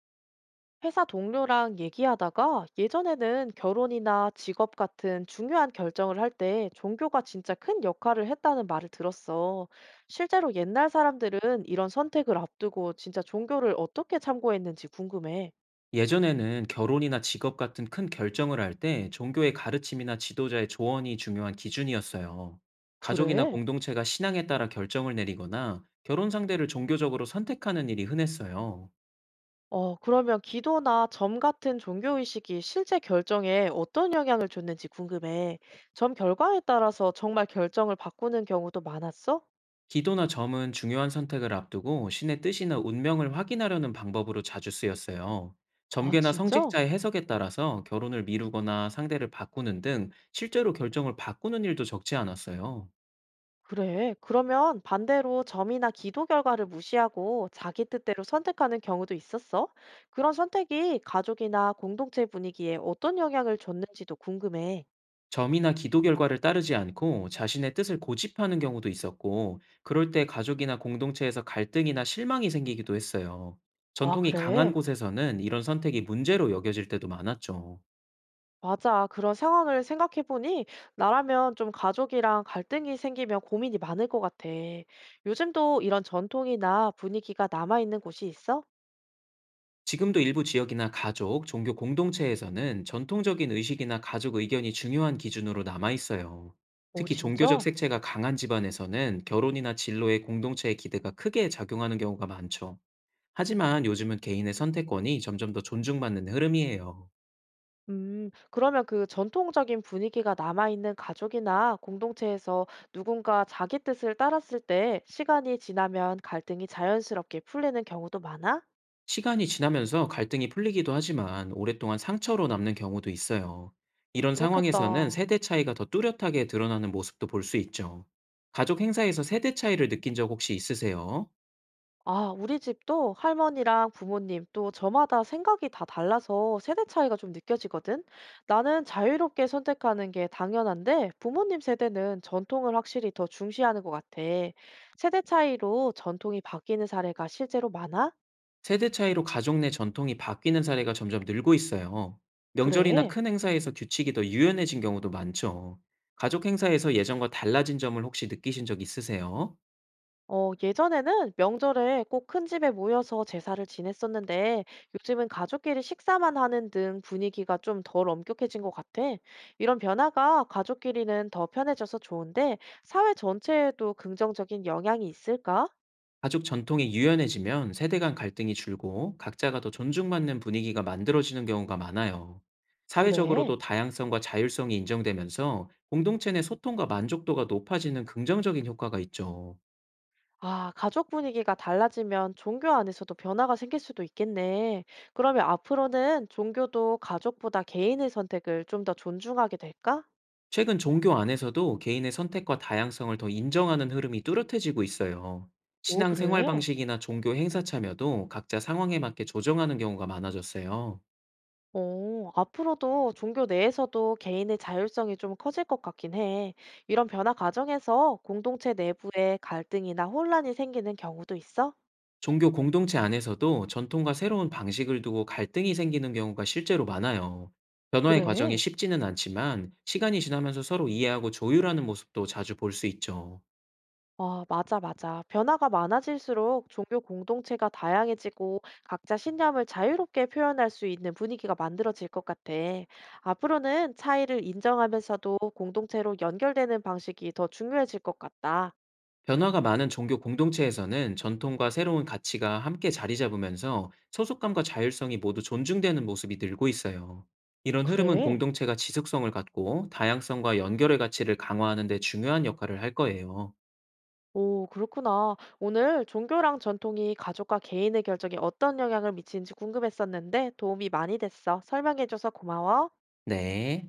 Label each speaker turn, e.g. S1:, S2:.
S1: 회사 동료랑 얘기하다가 예전에는 결혼이나 직업 같은 중요한 결정을 할 때 종교가 진짜 큰 역할을 했다는 말을 들었어. 실제로 옛날 사람들은 이런 선택을 앞두고 진짜 종교를 어떻게 참고했는지 궁금해.
S2: 예전에는 결혼이나 직업 같은 큰 결정을 할 때 종교의 가르침이나 지도자의 조언이 중요한 기준이었어요. 가족이나
S1: 그래?
S2: 공동체가 신앙에 따라 결정을 내리거나 결혼 상대를 종교적으로 선택하는 일이 흔했어요.
S1: 그러면 기도나 점 같은 종교의식이 실제 결정에 어떤 영향을 줬는지 궁금해. 점 결과에 따라서 정말 결정을 바꾸는 경우도 많았어?
S2: 기도나 점은 중요한 선택을 앞두고 신의 뜻이나 운명을 확인하려는 방법으로 자주 쓰였어요.
S1: 아,
S2: 점괘나
S1: 진짜?
S2: 성직자의 해석에 따라서 결혼을 미루거나 상대를 바꾸는 등 실제로 결정을 바꾸는 일도 적지 않았어요.
S1: 그래. 그러면 반대로 점이나 기도 결과를 무시하고 자기 뜻대로 선택하는 경우도 있었어? 그런 선택이 가족이나 공동체 분위기에 어떤 영향을 줬는지도 궁금해.
S2: 점이나 기도 결과를 따르지 않고 자신의 뜻을 고집하는 경우도 있었고, 그럴 때 가족이나 공동체에서 갈등이나 실망이 생기기도 했어요.
S1: 아,
S2: 전통이 강한
S1: 그래.
S2: 곳에서는 이런 선택이 문제로 여겨질 때도 많았죠.
S1: 맞아. 그런 상황을 생각해보니 나라면 좀 가족이랑 갈등이 생기면 고민이 많을 것 같아. 요즘도 이런 전통이나 분위기가 남아있는 곳이 있어?
S2: 지금도 일부 지역이나 가족, 종교 공동체에서는 전통적인 의식이나 가족 의견이 중요한 기준으로 남아 있어요.
S1: 오,
S2: 특히 종교적
S1: 진짜?
S2: 색채가 강한 집안에서는 결혼이나 진로에 공동체의 기대가 크게 작용하는 경우가 많죠. 하지만 요즘은 개인의 선택권이 점점 더 존중받는 흐름이에요.
S1: 그러면 그 전통적인 분위기가 남아있는 가족이나 공동체에서 누군가 자기 뜻을 따랐을 때 시간이 지나면 갈등이 자연스럽게 풀리는 경우도 많아?
S2: 시간이 지나면서 갈등이 풀리기도 하지만 오랫동안 상처로 남는 경우도 있어요. 이런 상황에서는
S1: 그렇겠다.
S2: 세대 차이가 더 뚜렷하게 드러나는 모습도 볼 수 있죠. 가족 행사에서 세대 차이를 느낀 적 혹시 있으세요?
S1: 아, 우리 집도 할머니랑 부모님 또 저마다 생각이 다 달라서 세대 차이가 좀 느껴지거든? 나는 자유롭게 선택하는 게 당연한데 부모님 세대는 전통을 확실히 더 중시하는 것 같아. 세대 차이로 전통이 바뀌는 사례가 실제로 많아?
S2: 세대 차이로 가족 내 전통이 바뀌는 사례가 점점 늘고 있어요. 명절이나
S1: 그래.
S2: 큰 행사에서 규칙이 더 유연해진 경우도 많죠. 가족 행사에서 예전과 달라진 점을 혹시 느끼신 적 있으세요?
S1: 예전에는 명절에 꼭 큰 집에 모여서 제사를 지냈었는데 요즘은 가족끼리 식사만 하는 등 분위기가 좀 덜 엄격해진 것 같아. 이런 변화가 가족끼리는 더 편해져서 좋은데 사회 전체에도 긍정적인 영향이 있을까?
S2: 가족 전통이 유연해지면 세대 간 갈등이 줄고 각자가 더 존중받는 분위기가 만들어지는 경우가 많아요.
S1: 그래.
S2: 사회적으로도 다양성과 자율성이 인정되면서 공동체 내 소통과 만족도가 높아지는 긍정적인 효과가 있죠.
S1: 아, 가족 분위기가 달라지면 종교 안에서도 변화가 생길 수도 있겠네. 그러면 앞으로는 종교도 가족보다 개인의 선택을 좀 더 존중하게 될까?
S2: 최근 종교 안에서도 개인의 선택과 다양성을 더 인정하는 흐름이 뚜렷해지고 있어요.
S1: 오,
S2: 신앙 생활
S1: 그래.
S2: 방식이나 종교 행사 참여도 각자 상황에 맞게 조정하는 경우가 많아졌어요.
S1: 앞으로도 종교 내에서도 개인의 자율성이 좀 커질 것 같긴 해. 이런 변화 과정에서 공동체 내부에 갈등이나 혼란이 생기는 경우도 있어?
S2: 종교 공동체 안에서도 전통과 새로운 방식을 두고 갈등이 생기는 경우가 실제로 많아요. 변화의 과정이
S1: 그래.
S2: 쉽지는 않지만 시간이 지나면서 서로 이해하고 조율하는 모습도 자주 볼 수 있죠.
S1: 아, 맞아, 맞아. 변화가 많아질수록 종교 공동체가 다양해지고 각자 신념을 자유롭게 표현할 수 있는 분위기가 만들어질 것 같아. 앞으로는 차이를 인정하면서도 공동체로 연결되는 방식이 더 중요해질 것 같다.
S2: 변화가 많은 종교 공동체에서는 전통과 새로운 가치가 함께 자리 잡으면서 소속감과 자율성이 모두 존중되는 모습이 늘고 있어요. 이런 흐름은
S1: 그래.
S2: 공동체가 지속성을 갖고 다양성과 연결의 가치를 강화하는 데 중요한 역할을 할 거예요.
S1: 오, 그렇구나. 오늘 종교랑 전통이 가족과 개인의 결정에 어떤 영향을 미치는지 궁금했었는데 도움이 많이 됐어. 설명해줘서 고마워.
S2: 네.